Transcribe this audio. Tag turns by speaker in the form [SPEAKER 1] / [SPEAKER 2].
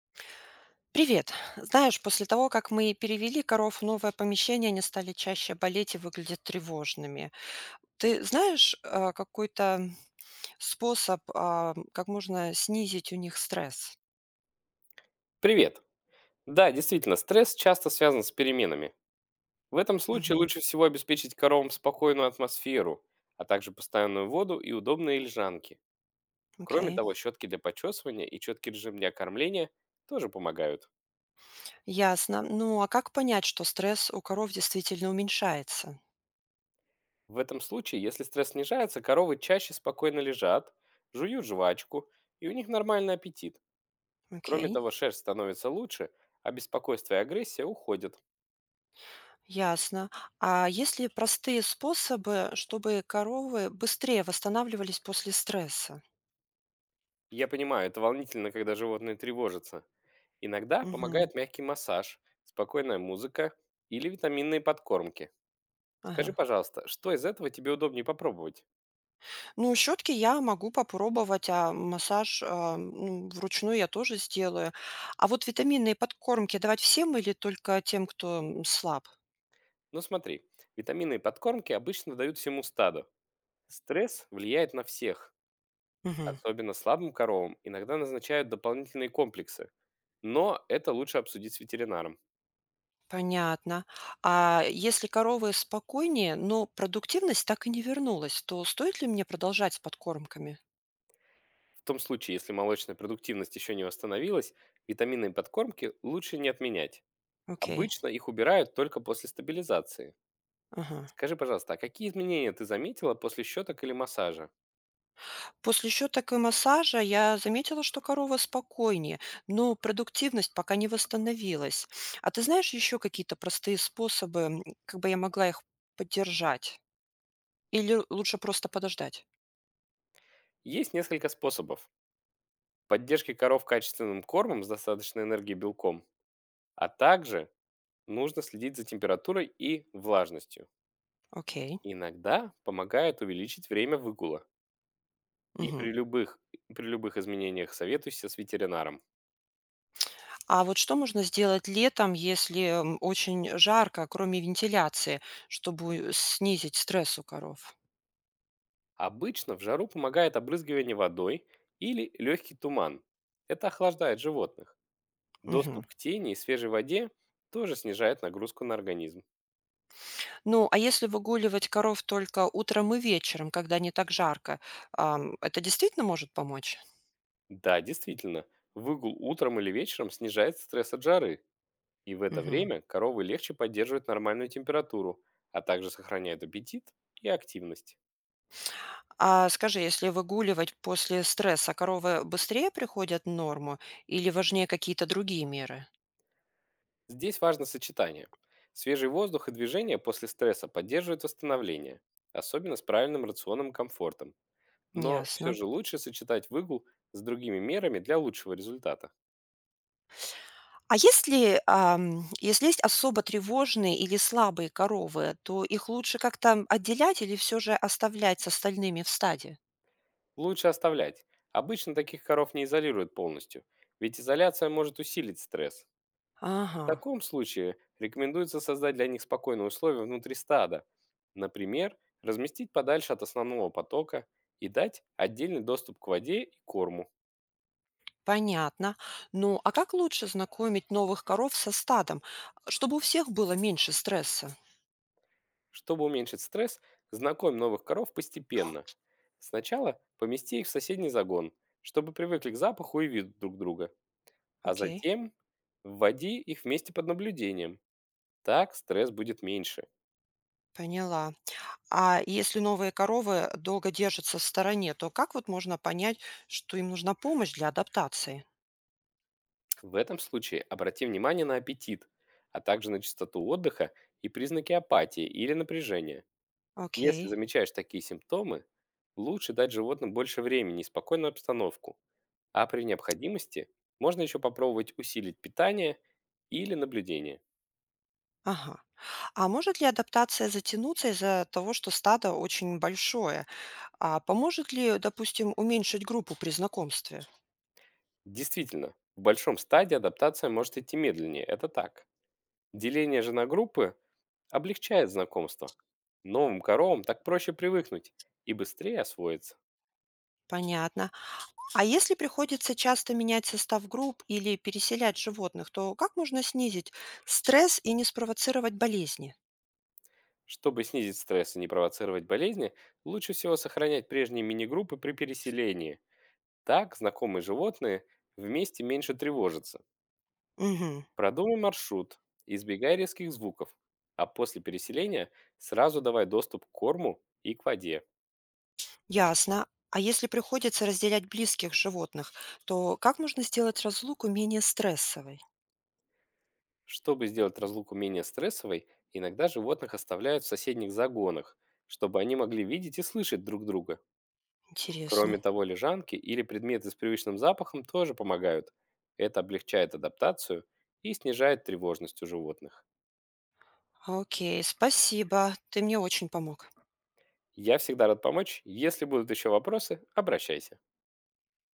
[SPEAKER 1] Привет. Знаешь, после того как мы перевели коров в новое помещение, они стали чаще болеть и выглядят тревожными. Ты знаешь, какой-то способ, как можно снизить у них стресс?
[SPEAKER 2] Привет. Да, действительно, стресс часто связан с переменами. В этом случае
[SPEAKER 1] Мгм.
[SPEAKER 2] лучше всего обеспечить коровам спокойную атмосферу, а также постоянную воду и удобные лежанки. Кроме
[SPEAKER 1] Окей.
[SPEAKER 2] того, щетки для почесывания и четкий режим для кормления тоже помогают.
[SPEAKER 1] Ясно. Ну, а как понять, что стресс у коров действительно уменьшается?
[SPEAKER 2] В этом случае, если стресс снижается, коровы чаще спокойно лежат, жуют жвачку, и у них нормальный аппетит. Кроме
[SPEAKER 1] Окей.
[SPEAKER 2] того, шерсть становится лучше, а беспокойство и агрессия уходят.
[SPEAKER 1] Ясно. А есть ли простые способы, чтобы коровы быстрее восстанавливались после стресса?
[SPEAKER 2] Я понимаю, это волнительно, когда животные тревожатся. Иногда
[SPEAKER 1] Мгм.
[SPEAKER 2] помогает мягкий массаж, спокойная музыка или витаминные подкормки. Скажи,
[SPEAKER 1] Ага.
[SPEAKER 2] пожалуйста, что из этого тебе удобнее попробовать?
[SPEAKER 1] Ну, щетки я могу попробовать, а массаж, ну, вручную я тоже сделаю. А вот витаминные подкормки давать всем или только тем, кто слаб?
[SPEAKER 2] Ну смотри, витаминные подкормки обычно дают всему стаду. Стресс влияет на всех,
[SPEAKER 1] Мгм.
[SPEAKER 2] особенно слабым коровам иногда назначают дополнительные комплексы. Но это лучше обсудить с ветеринаром.
[SPEAKER 1] Понятно. А если коровы спокойнее, но продуктивность так и не вернулась, то стоит ли мне продолжать с подкормками?
[SPEAKER 2] В том случае, если молочная продуктивность еще не восстановилась, витаминные подкормки лучше не отменять.
[SPEAKER 1] Окей.
[SPEAKER 2] Обычно их убирают только после стабилизации.
[SPEAKER 1] Ага.
[SPEAKER 2] Скажи, пожалуйста, а какие изменения ты заметила после щеток или массажа?
[SPEAKER 1] После еще такой массажа я заметила, что корова спокойнее, но продуктивность пока не восстановилась. А ты знаешь еще какие-то простые способы, как бы я могла их поддержать? Или лучше просто подождать?
[SPEAKER 2] Есть несколько способов. Поддержки коров качественным кормом с достаточной энергией и белком, а также нужно следить за температурой и влажностью.
[SPEAKER 1] Окей.
[SPEAKER 2] Иногда помогает увеличить время выгула. И
[SPEAKER 1] Мгм.
[SPEAKER 2] при любых, при любых изменениях советуйся с ветеринаром.
[SPEAKER 1] А вот что можно сделать летом, если очень жарко, кроме вентиляции, чтобы снизить стресс у коров?
[SPEAKER 2] Обычно в жару помогает обрызгивание водой или легкий туман. Это охлаждает животных. Доступ
[SPEAKER 1] Мгм.
[SPEAKER 2] к тени и свежей воде тоже снижает нагрузку на организм.
[SPEAKER 1] Ну, а если выгуливать коров только утром и вечером, когда не так жарко, это действительно может помочь?
[SPEAKER 2] Да, действительно, выгул утром или вечером снижает стресс от жары, и в это
[SPEAKER 1] Мгм.
[SPEAKER 2] время коровы легче поддерживают нормальную температуру, а также сохраняют аппетит и активность.
[SPEAKER 1] А скажи, если выгуливать после стресса, коровы быстрее приходят в норму или важнее какие-то другие меры?
[SPEAKER 2] Здесь важно сочетание. Свежий воздух и движение после стресса поддерживают восстановление, особенно с правильным рационом и комфортом. Но все
[SPEAKER 1] Ясно.
[SPEAKER 2] же лучше сочетать выгул с другими мерами для лучшего результата.
[SPEAKER 1] А если есть особо тревожные или слабые коровы, то их лучше как-то отделять или все же оставлять с остальными в стаде?
[SPEAKER 2] Лучше оставлять. Обычно таких коров не изолируют полностью, ведь изоляция может усилить стресс.
[SPEAKER 1] Ага,
[SPEAKER 2] В таком случае рекомендуется создать для них спокойные условия внутри стада. Например, разместить подальше от основного потока и дать отдельный доступ к воде и корму.
[SPEAKER 1] понятно. Ну, а как лучше знакомить новых коров со стадом, чтобы у всех было меньше стресса?
[SPEAKER 2] Чтобы уменьшить стресс, знакомь новых коров постепенно. Сначала помести их в соседний загон, чтобы привыкли к запаху и виду друг друга. А
[SPEAKER 1] Окей,
[SPEAKER 2] затем вводи их вместе под наблюдением. Так стресс будет меньше.
[SPEAKER 1] поняла. А если новые коровы долго держатся в стороне, то как вот можно понять, что им нужна помощь для адаптации?
[SPEAKER 2] В этом случае обрати внимание на аппетит, а также на частоту отдыха и признаки апатии или напряжения. Если
[SPEAKER 1] Окей.
[SPEAKER 2] замечаешь такие симптомы, лучше дать животным больше времени и спокойную обстановку, а при необходимости можно еще попробовать усилить питание или наблюдение.
[SPEAKER 1] Ага. А может ли адаптация затянуться из-за того, что стадо очень большое? А поможет ли, допустим, уменьшить группу при знакомстве?
[SPEAKER 2] Действительно, в большом стадии адаптация может идти медленнее, это так. Деление же на группы облегчает знакомство. Новым коровам так проще привыкнуть и быстрее освоиться.
[SPEAKER 1] Понятно. А если приходится часто менять состав групп или переселять животных, то как можно снизить стресс и не спровоцировать болезни?
[SPEAKER 2] Чтобы снизить стресс и не провоцировать болезни, лучше всего сохранять прежние мини-группы при переселении. Так знакомые животные вместе меньше тревожатся.
[SPEAKER 1] Мгм.
[SPEAKER 2] Продумай маршрут, избегай резких звуков, а после переселения сразу давай доступ к корму и к воде.
[SPEAKER 1] Ясно. А если приходится разделять близких животных, то как можно сделать разлуку менее стрессовой?
[SPEAKER 2] Чтобы сделать разлуку менее стрессовой, иногда животных оставляют в соседних загонах, чтобы они могли видеть и слышать друг друга. Кроме
[SPEAKER 1] Интересно.
[SPEAKER 2] того, лежанки или предметы с привычным запахом тоже помогают. Это облегчает адаптацию и снижает тревожность у животных.
[SPEAKER 1] Окей, спасибо. Ты мне очень помог.
[SPEAKER 2] Я всегда рад помочь. Если будут еще вопросы, обращайся.